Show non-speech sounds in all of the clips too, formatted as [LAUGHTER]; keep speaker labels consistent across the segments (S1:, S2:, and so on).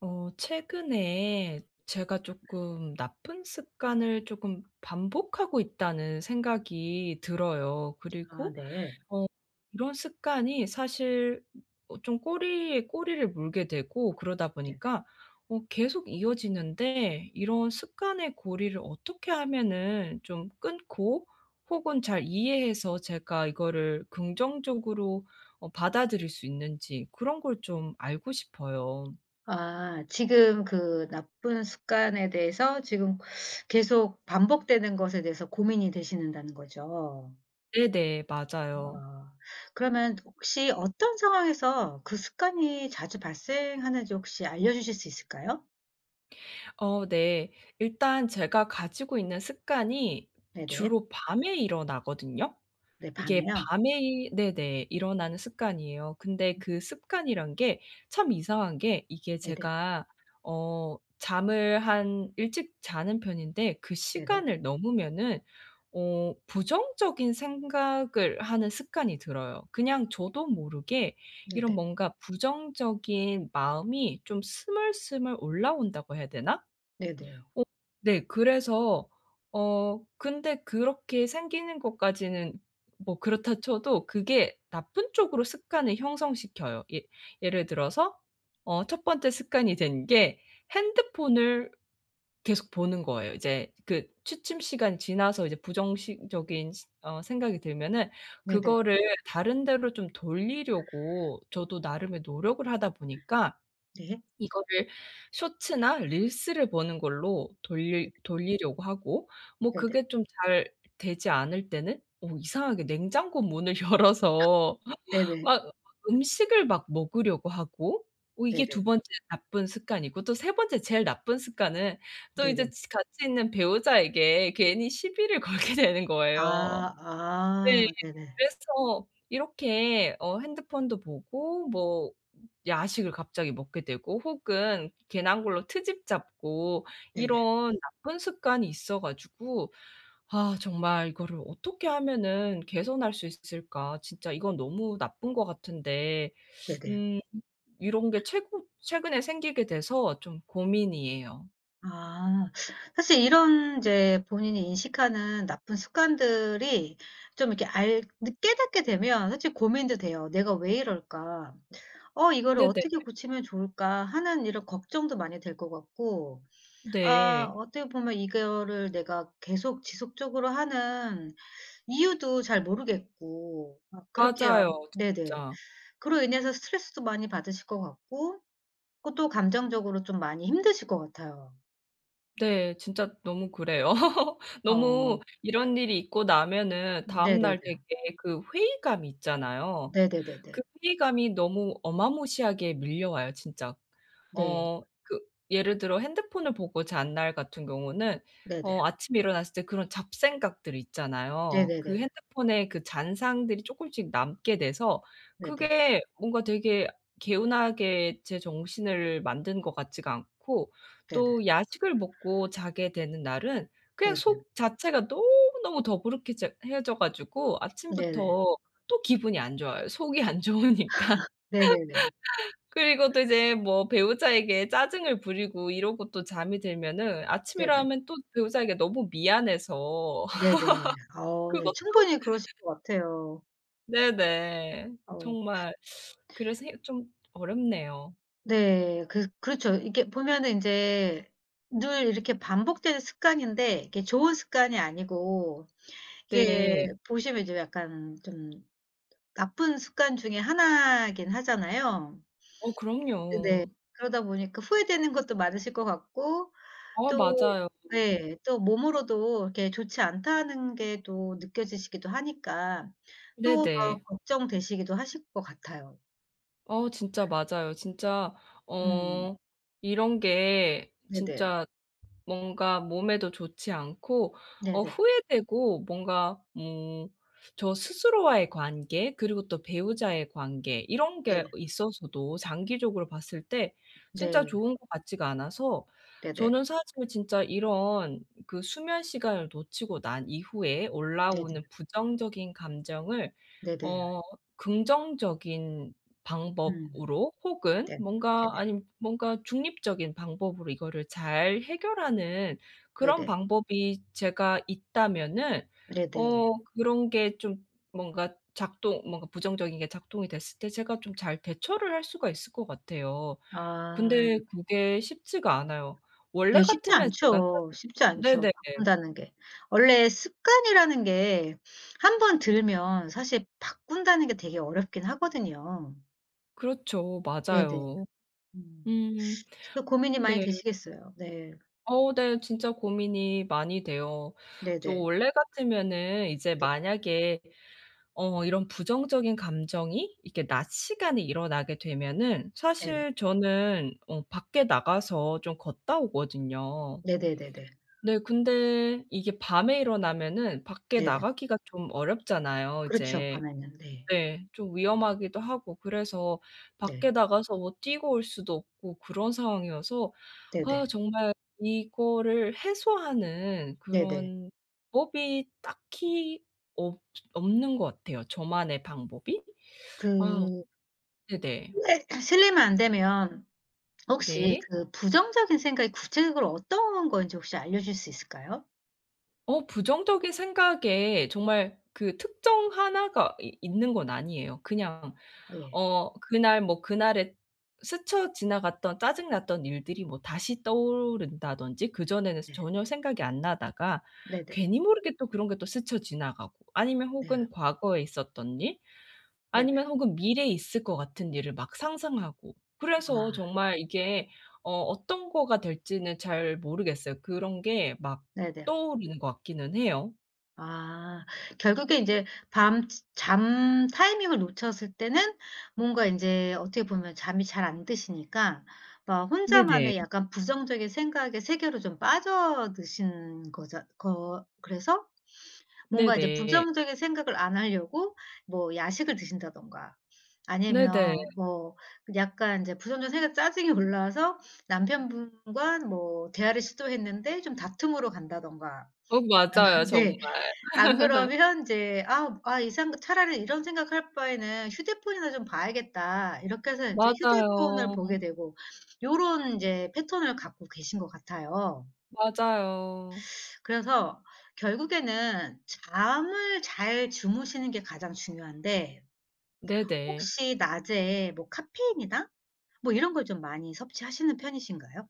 S1: 최근에 제가 조금 '나쁜 습관을 조금 반복하고 있다.'는 생각이 들어요.
S2: 아
S1: 그리고
S2: 네.
S1: 어 이런 습관이 사실 좀 꼬리에 꼬리를 물게 되고, 그러다
S2: 네.
S1: 보니까 계속 이어지는데, 이런 습관의 고리를 어떻게 하면은 좀 끊고, 혹은 잘 이해해서 제가 이거를 긍정적으로 받아들일 수 있는지 그런 걸 좀 알고 싶어요.
S2: 아 지금 그 나쁜 습관에 대해서 지금 계속 반복되는 것에 대해서 고민이 되시는다는 거죠.
S1: 네네. 맞아요.
S2: 어 그러면 혹시 어떤 상황에서 그 습관이 자주 발생하는지 혹시 알려 주실 수 있을까요?
S1: 네. 일단 제가 가지고 있는 습관이
S2: 네네.
S1: 주로 밤에 일어나거든요.
S2: 네
S1: 이게
S2: 밤에요?
S1: 밤에 이 네네. 일어나는 습관이에요. 근데 그 습관이란 게 참 이상한 게, 이게
S2: 네네.
S1: 제가 잠을 한 일찍 자는 편인데 그
S2: 네네.
S1: 시간을 넘으면은 부정적인 생각을 하는 습관이 들어요. 그냥 저도 모르게 이런
S2: 네네.
S1: 뭔가 부정적인 마음이 좀 스물스물 올라온다고 해야 되나?
S2: 네네.
S1: 어 네. 그래서 근데 그렇게 생기는 것까지는 뭐 그렇다 쳐도 그게 나쁜 쪽으로 습관을 형성시켜요. 예, 예를 들어서 첫 번째 습관이 된 게 핸드폰을 계속 보는 거예요. 이제 그 취침 시간이 지나서 이제 부정식적인 시 어 생각이 들면은
S2: 네네.
S1: 그거를 다른 데로 좀 돌리려고 저도 나름의 노력을 하다 보니까
S2: 네.
S1: 이거를 쇼츠나 릴스를 보는 걸로
S2: 네네.
S1: 돌리려고 하고, 뭐
S2: 네네.
S1: 그게 좀 잘 되지 않을 때는 이상하게 냉장고 문을 [LAUGHS] 열어서
S2: 네네.
S1: 막 음식을 막 먹으려고 하고,
S2: 네네.
S1: 이게 두 번째 나쁜 습관이고, 또 세 번째 제일 나쁜 습관은 또
S2: 네네.
S1: 이제 지 같이 있는 배우자에게 괜히 시비를 [LAUGHS] 걸게 되는
S2: 아
S1: 거예요.
S2: 아
S1: 네.
S2: 네네.
S1: 그래서 이렇게 핸드폰도 보고, 뭐 야식을 갑자기 먹게 되고, 혹은 괜한 걸로 트집 잡고,
S2: 네네.
S1: 이런 나쁜 습관이 있어 가지고 '아 정말 이거를 어떻게 하면은 개선할 수 있을까? 진짜 이건 너무 나쁜 것 같은데.'
S2: 네네.
S1: 음 이런 게 최고 최근에 생기게 돼서 좀 고민이에요.
S2: 아. 사실 이런 이제 본인이 인식하는 나쁜 습관들이 좀 이렇게 깨닫게 되면 사실 고민도 돼요. '내가 왜 이럴까? 이거를
S1: 네네.
S2: 어떻게 고치면 좋을까?' 하는 이런 걱정도 많이 될 것 같고. 아
S1: 네.
S2: 어떻게 보면 이거를 내가 계속 지속적으로 하는 이유도 잘 모르겠고. 아, 그렇게 암
S1: 맞아요,
S2: 네네.
S1: 진짜.
S2: 그로 인해서 스트레스도 많이 받으실 것 같고 고 또 감정적으로 좀 많이 힘드실 것 같아요.
S1: 네. 진짜 너무 그래요. [LAUGHS]
S2: 어.
S1: 너무 이런 일이 있고 나면은 다음날
S2: 네네네.
S1: 되게 그 회의감이 있잖아요.
S2: 네네네네.
S1: 그 회의감이 너무 어마무시하게 밀려와요, 진짜.
S2: 네.
S1: 어 그 예를 들어 핸드폰을 보고 잔날 같은 경우는
S2: 네네.
S1: 아침에 일어났을 때 그런 잡생각들 있잖아요. 그
S2: 네네네.
S1: 핸드폰에 그 잔상들이 조금씩 남게 돼서
S2: 네네.
S1: 그게 뭔가 되게 개운하게 제 정신을 만든 것 같지가 않고,
S2: 네네.
S1: 또 야식을 먹고 자게 되는 날은 그냥
S2: 네네.
S1: 속 자체가 너무너무 더부룩해져 해져 가지고
S2: 네네.
S1: 아침부터 또 기분이 안 좋아요, 속이 안 좋으니까. [LAUGHS]
S2: 네네네.
S1: 그리고 또 이제 뭐 배우자에게 짜증을 부리고 이러고, 또 잠이 들면은 아침이라
S2: 네네.
S1: 하면 또 배우자에게 너무 미안해서 [LAUGHS]
S2: 네네. 어 네.
S1: 그것도.
S2: 충분히 그러실 것 같아요.
S1: 네네.
S2: 어
S1: 정말. 그래서 해 좀 어렵네요.
S2: 네. 그 그렇죠. 이게 보면은 인제 늘 이렇게 반복되는 습관인데 이게 좋은 습관이 아니고 이게
S1: 네.
S2: 보시면 이제 약간 좀 나쁜 습관 중에 하나이긴 하잖아요. 네.
S1: 그럼요.
S2: 그러다 보니까 후회되는 것도 많으실 것 같고.
S1: 아,
S2: 또
S1: 맞아요.
S2: 네. 또 몸으로도 이렇게 좋지 않다는 게 또 느껴지시기도 하니까 또 더
S1: 네네.
S2: 걱정되시기도 하실 것 같아요.
S1: 진짜 맞아요. 진짜.
S2: 음.
S1: 어 이런 게
S2: 네네.
S1: 진짜 뭔가 몸에도 좋지 않고,
S2: 네네.
S1: 후회되고, 뭔가 저 스스로와의 관계 그리고 또 배우자의 관계, 이런 게
S2: 네네.
S1: 있어서도 장기적으로 봤을 때 진짜
S2: 네.
S1: 좋은 것 같지가 않아서,
S2: 네네.
S1: 저는 사실 진짜 이런 그 수면 시간을 놓치고 난 이후에
S2: 네네.
S1: 올라오는 부정적인 감정을
S2: 네네.
S1: 어 긍정적인
S2: 음.
S1: 방법으로, 혹은
S2: 네.
S1: 뭔가
S2: 네네.
S1: 아님 뭔가 중립적인 방법으로 이거를 잘 해결하는 그런
S2: 네네.
S1: 방법이 제가 있다면은,
S2: 네네.
S1: 그런 게 좀, 뭔가 부정적인 게 작동이 됐을 때 제가 좀 잘 대처를 할 수가 있을 것 같아요. 근데
S2: 아.
S1: 그게 쉽지가 않아요. 원래
S2: 네. 쉽지
S1: 같으면 제가
S2: 않죠.
S1: 사실.
S2: 쉽지 않죠,
S1: 네네.
S2: 바꾼다는 게. 원래 습관이라는 게 한번 들면 사실 바꾼다는 게 되게 어렵긴 하거든요.
S1: 그렇죠.
S2: 네네.
S1: 맞아요.
S2: 음.
S1: 음.
S2: 그 고민이
S1: 네.
S2: 많이 되시겠어요. 네.
S1: 네. 진짜 고민이 많이 돼요. 저
S2: 네네.
S1: 원래 같으면은 이제 만약에 이런 부정적인 감정이 이렇게 낮 시간에 일어나게 되면은,
S2: 네네.
S1: 사실 저는 밖에 나가서 좀 걷다 오거든요.
S2: 네네네네.
S1: 네. 근데 이게 밤에 일어나면은 밖에
S2: 네네.
S1: 나가기가 좀 어렵잖아요
S2: 그렇죠.
S1: 이제.
S2: 밤에는. 네.
S1: 네. 좀 위험하기도 하고, 그래서
S2: 네.
S1: 밖에 나가서 뭐 뛰고 올 수도 없고 그런 상황이어서, 아
S2: 네네.
S1: 정말 이거를 해소하는
S2: 네네.
S1: 그런 방법이 딱히 없 없는 것 같아요, 저만의 방법이.
S2: 그
S1: 아 네네. 네.
S2: 실례 [CLEARS THROAT] 실례만 안 되면 혹시
S1: 네.
S2: 그 부정적인 생각이 구체적으로 어떤 건지 혹시 알려 주실 수 있을까요?
S1: 부정적인 생각에 정말 그 특정 하나가 이 있는 건 아니에요. 그냥
S2: 예.
S1: 그날 뭐 그날에 스쳐 지나갔던 짜증 났던 일들이 뭐 다시 떠오른다든지, 그전에는
S2: 네.
S1: 전혀 생각이 안 나다가
S2: 네네.
S1: 괜히 모르게 또 그런 게 또 스쳐 지나가고, 아니면
S2: 네.
S1: 혹은 과거에 있었던 일,
S2: 네네.
S1: 아니면 혹은 미래에 있을 것 같은 일을 막 상상하고. 그래서
S2: 아.
S1: 정말 이게 어떤 거가 될지는 잘 모르겠어요. 그런 게 막
S2: 네네.
S1: 떠오르는 것 같기는 해요.
S2: 아. 결국에 이제 밤 잠 타이밍을 놓쳤을 때는 뭔가 이제 어떻게 보면 잠이 잘 안 드시니까 막 혼자만의
S1: 네네.
S2: 약간 부정적인 생각의 세계로 좀 빠져드신 거죠 거 그래서 뭔가 이제
S1: 네네.
S2: 부정적인 생각을 안 하려고 뭐 야식을 드신다던가
S1: 네네.
S2: 아니면 뭐 약간 이제 부정적인 생각 짜증이 올라와서 남편분과 뭐 대화를 시도했는데 좀 다툼으로 간다던가.
S1: 맞아요,
S2: [LAUGHS]
S1: 정말.
S2: 네. 안 그러면 이제 '아 이상 차라리 이런 생각할 바에는 휴대폰이나 좀 봐야겠다.' 이렇게 해서 인제 휴대폰을
S1: 맞아요.
S2: 보게 되고 요런 인제 패턴을 갖고 계신 것 같아요.
S1: 맞아요.
S2: 그래서 결국에는 잠을 잘 주무시는 게 가장 중요한데
S1: 네네.
S2: 혹시 낮에 뭐 카페인이나 뭐 이런 걸 좀 많이 섭취하시는 편이신가요?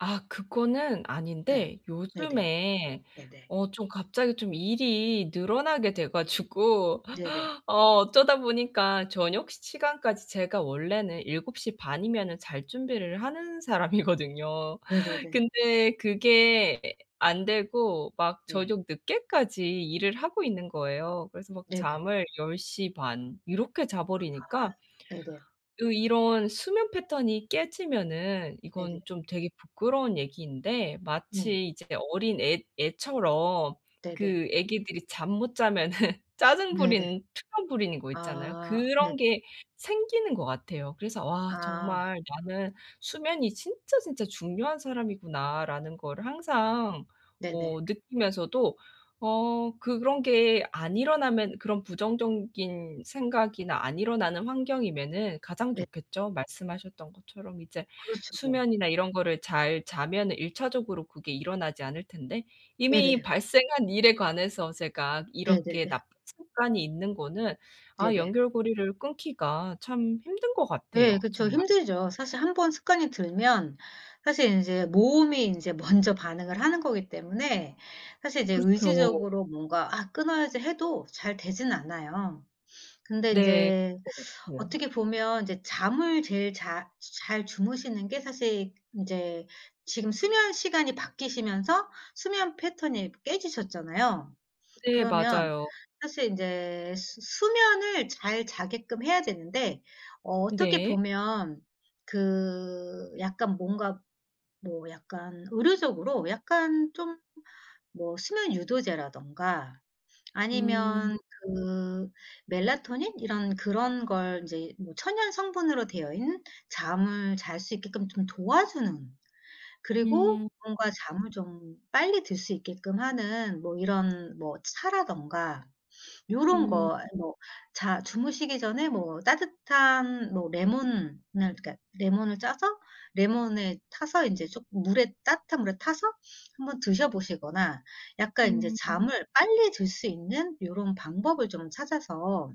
S1: 아, 그거는
S2: 네.
S1: 아닌데
S2: 네네.
S1: 요즘에
S2: 네네.
S1: 좀 갑자기 좀 일이 늘어나게 돼 가지고
S2: 네네.
S1: 어쩌다 보니까 저녁 시간까지, 제가 원래는 7시 반 이면은 잘 준비를 하는 사람이거든요.
S2: 네네네.
S1: 근데 그게 안 되고 막
S2: 네.
S1: 저녁 늦게까지 일을 하고 있는 거예요. 그래서 막
S2: 네네.
S1: 잠을 10시 반 이렇게 자
S2: 아
S1: 버리니까,
S2: 네네.
S1: 그 이런 수면 패턴이 깨지면은,
S2: 네네.
S1: 이건 좀 되게 부끄러운 얘기인데,
S2: 네.
S1: 마치 이제 어린 애 애처럼,
S2: 네네.
S1: 그 애기들이 잠 못 자면은 [LAUGHS] 짜증
S2: 네네.
S1: 부리는, 투정 부리는 거 있잖아요.
S2: 아 네.
S1: 그런 게 생기는 것 같아요. 그래서 '와
S2: 아
S1: 정말 나는 수면이 진짜 진짜 중요한 사람이구나.'라는 거를 항상
S2: 네네.
S1: 느끼면서도, 그런 게 안 일어나면, 그런 부정적인 생각이나 안 일어나는 환경이면은 가장
S2: 네.
S1: 좋겠죠. 말씀하셨던 것처럼 이제
S2: 그렇죠.
S1: 수면이나 이런 거를 잘 자면은 1차적으로 차적으로 그게 일어나지 않을 텐데, 이미
S2: 네네.
S1: 발생한 일에 관해서 제가 이렇게
S2: 네네네.
S1: 나쁜 습관이 있는 거는, 아
S2: 네네.
S1: 연결고리를 끊기가 참 힘든 것
S2: 예
S1: 같아요,
S2: 그쵸.
S1: 정말.
S2: 힘들죠. 사실 한번 습관이 들면 사실 인제 몸이 인제 먼저 반응을 하는 거기 때문에 사실 이제
S1: 그렇죠.
S2: 의지적으로 뭔가 '아 끊어야지.' 해도 잘 되진 않아요. 근데
S1: 네.
S2: 인제
S1: 그런 것 같아요.
S2: 어떻게 보면 이제 잠을 제일 자 잘 주무시는 게 사실 인제 지금 수면 시간이 바뀌시면서 수면 패턴이 깨지셨잖아요.
S1: 네,
S2: 그러면
S1: 맞아요.
S2: 사실 이제 수 수면을 잘 자게끔 해야 되는데 어떻게
S1: 네.
S2: 보면 그 약간 뭔가 뭐 약간 의료적으로 약간 좀 뭐 수면 유도제라든가
S1: 음.
S2: 아니면 그 멜라토닌 이런 그런 걸 이제 뭐 천연 성분으로 되어 있는 잠을 잘 수 있게끔 좀 도와주는. 그리고
S1: 음.
S2: 뭔가 잠을 좀 빨리 들 수 있게끔 하는 뭐 이런 뭐 차라든가 요런
S1: 음.
S2: 거 뭐 자 주무시기 전에 뭐 따뜻한 뭐 레몬을 짜서 레몬에 타서 인제 쪼끔 물에 따뜻한 물에 타서 한번 드셔 보시거나 약간 인제
S1: 음.
S2: 잠을 빨리 들 수 있는 요런 방법을 좀 찾아서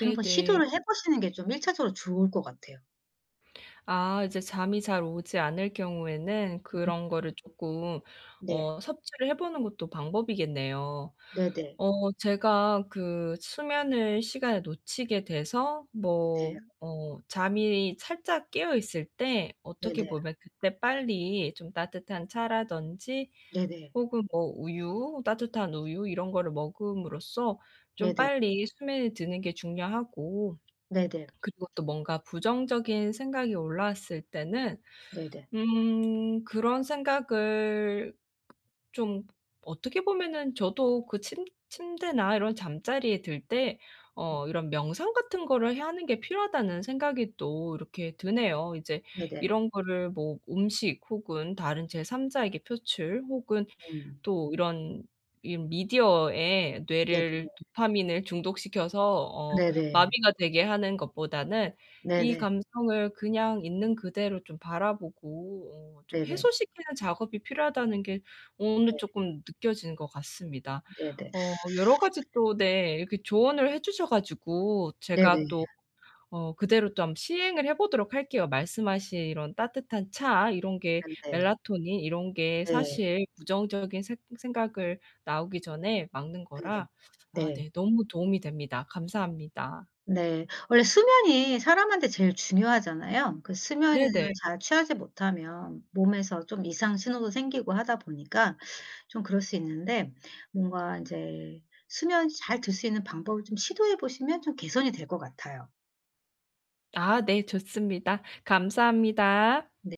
S2: 한번 시도를 해 보시는 게 좀 1차적으로 좋을 것 같아요.
S1: 아 이제 잠이 잘 오지 않을 경우에는 그런 거를 조금
S2: 네.
S1: 섭취를 해 보는 것도 방법이겠네요.
S2: 네네.
S1: 제가 그 수면을 시간에 놓치게 돼서 뭐
S2: 네네.
S1: 잠이 살짝 깨어 있을 때, 어떻게
S2: 네네.
S1: 보면 그때 빨리 좀 따뜻한 차라든지
S2: 네네.
S1: 혹은 뭐 우유, 따뜻한 우유 이런 거를 먹음으로써 좀
S2: 네네.
S1: 빨리 수면에 드는 게 중요하고,
S2: 네네.
S1: 그리고 또 뭔가 부정적인 생각이 올라왔을 때는
S2: 네네.
S1: 그런 생각을 좀, 어떻게 보면은 저도 그 침 침대나 이런 잠자리에 들 때
S2: 음
S1: 이런 명상 같은 거를 해 하는 게 필요하다는 생각이 또 이렇게 드네요. 이제
S2: 네네.
S1: 이런 거를 뭐 음식, 혹은 다른 제 3자에게 표출, 혹은
S2: 음.
S1: 또 이런 이 미디어에
S2: 네네.
S1: 뇌를, 도파민을 중독시켜서 어
S2: 네네.
S1: 마비가 되게 하는 것보다는, 이
S2: 네네.
S1: 감성을 그냥 있는 그대로 좀 바라보고 좀
S2: 네네.
S1: 해소시키는 작업이 필요하다는 게 오늘
S2: 네.
S1: 쪼끔 느껴지는 것 같습니다.
S2: 네네.
S1: 여러 가지 또, 네, 이렇게 조언을 해 주셔 가지고 제가
S2: 네네.
S1: 또 그대로 좀 시행을 해 보도록 할게요. 말씀하신 이런 따뜻한 차 이런 게,
S2: 네네.
S1: 멜라토닌 이런 게
S2: 네.
S1: 사실 부정적인 생 생각을 나오기 전에 막는
S2: 네네.
S1: 거라, 아
S2: 네.
S1: 네, 너무 도움이 됩니다. 감사합니다.
S2: 네. 원래 수면이 사람한테 제일 중요하잖아요. 그 수면을
S1: 네네.
S2: 잘 취하지 못하면 몸에서 좀 이상 신호도 생기고 하다 보니까 좀 그럴 수 있는데 뭔가 인제 수면 잘 들 수 있는 방법을 좀 시도해 보시면 좀 개선이 될 것 같아요.
S1: 아 네, 좋습니다. 감사합니다.
S2: 네.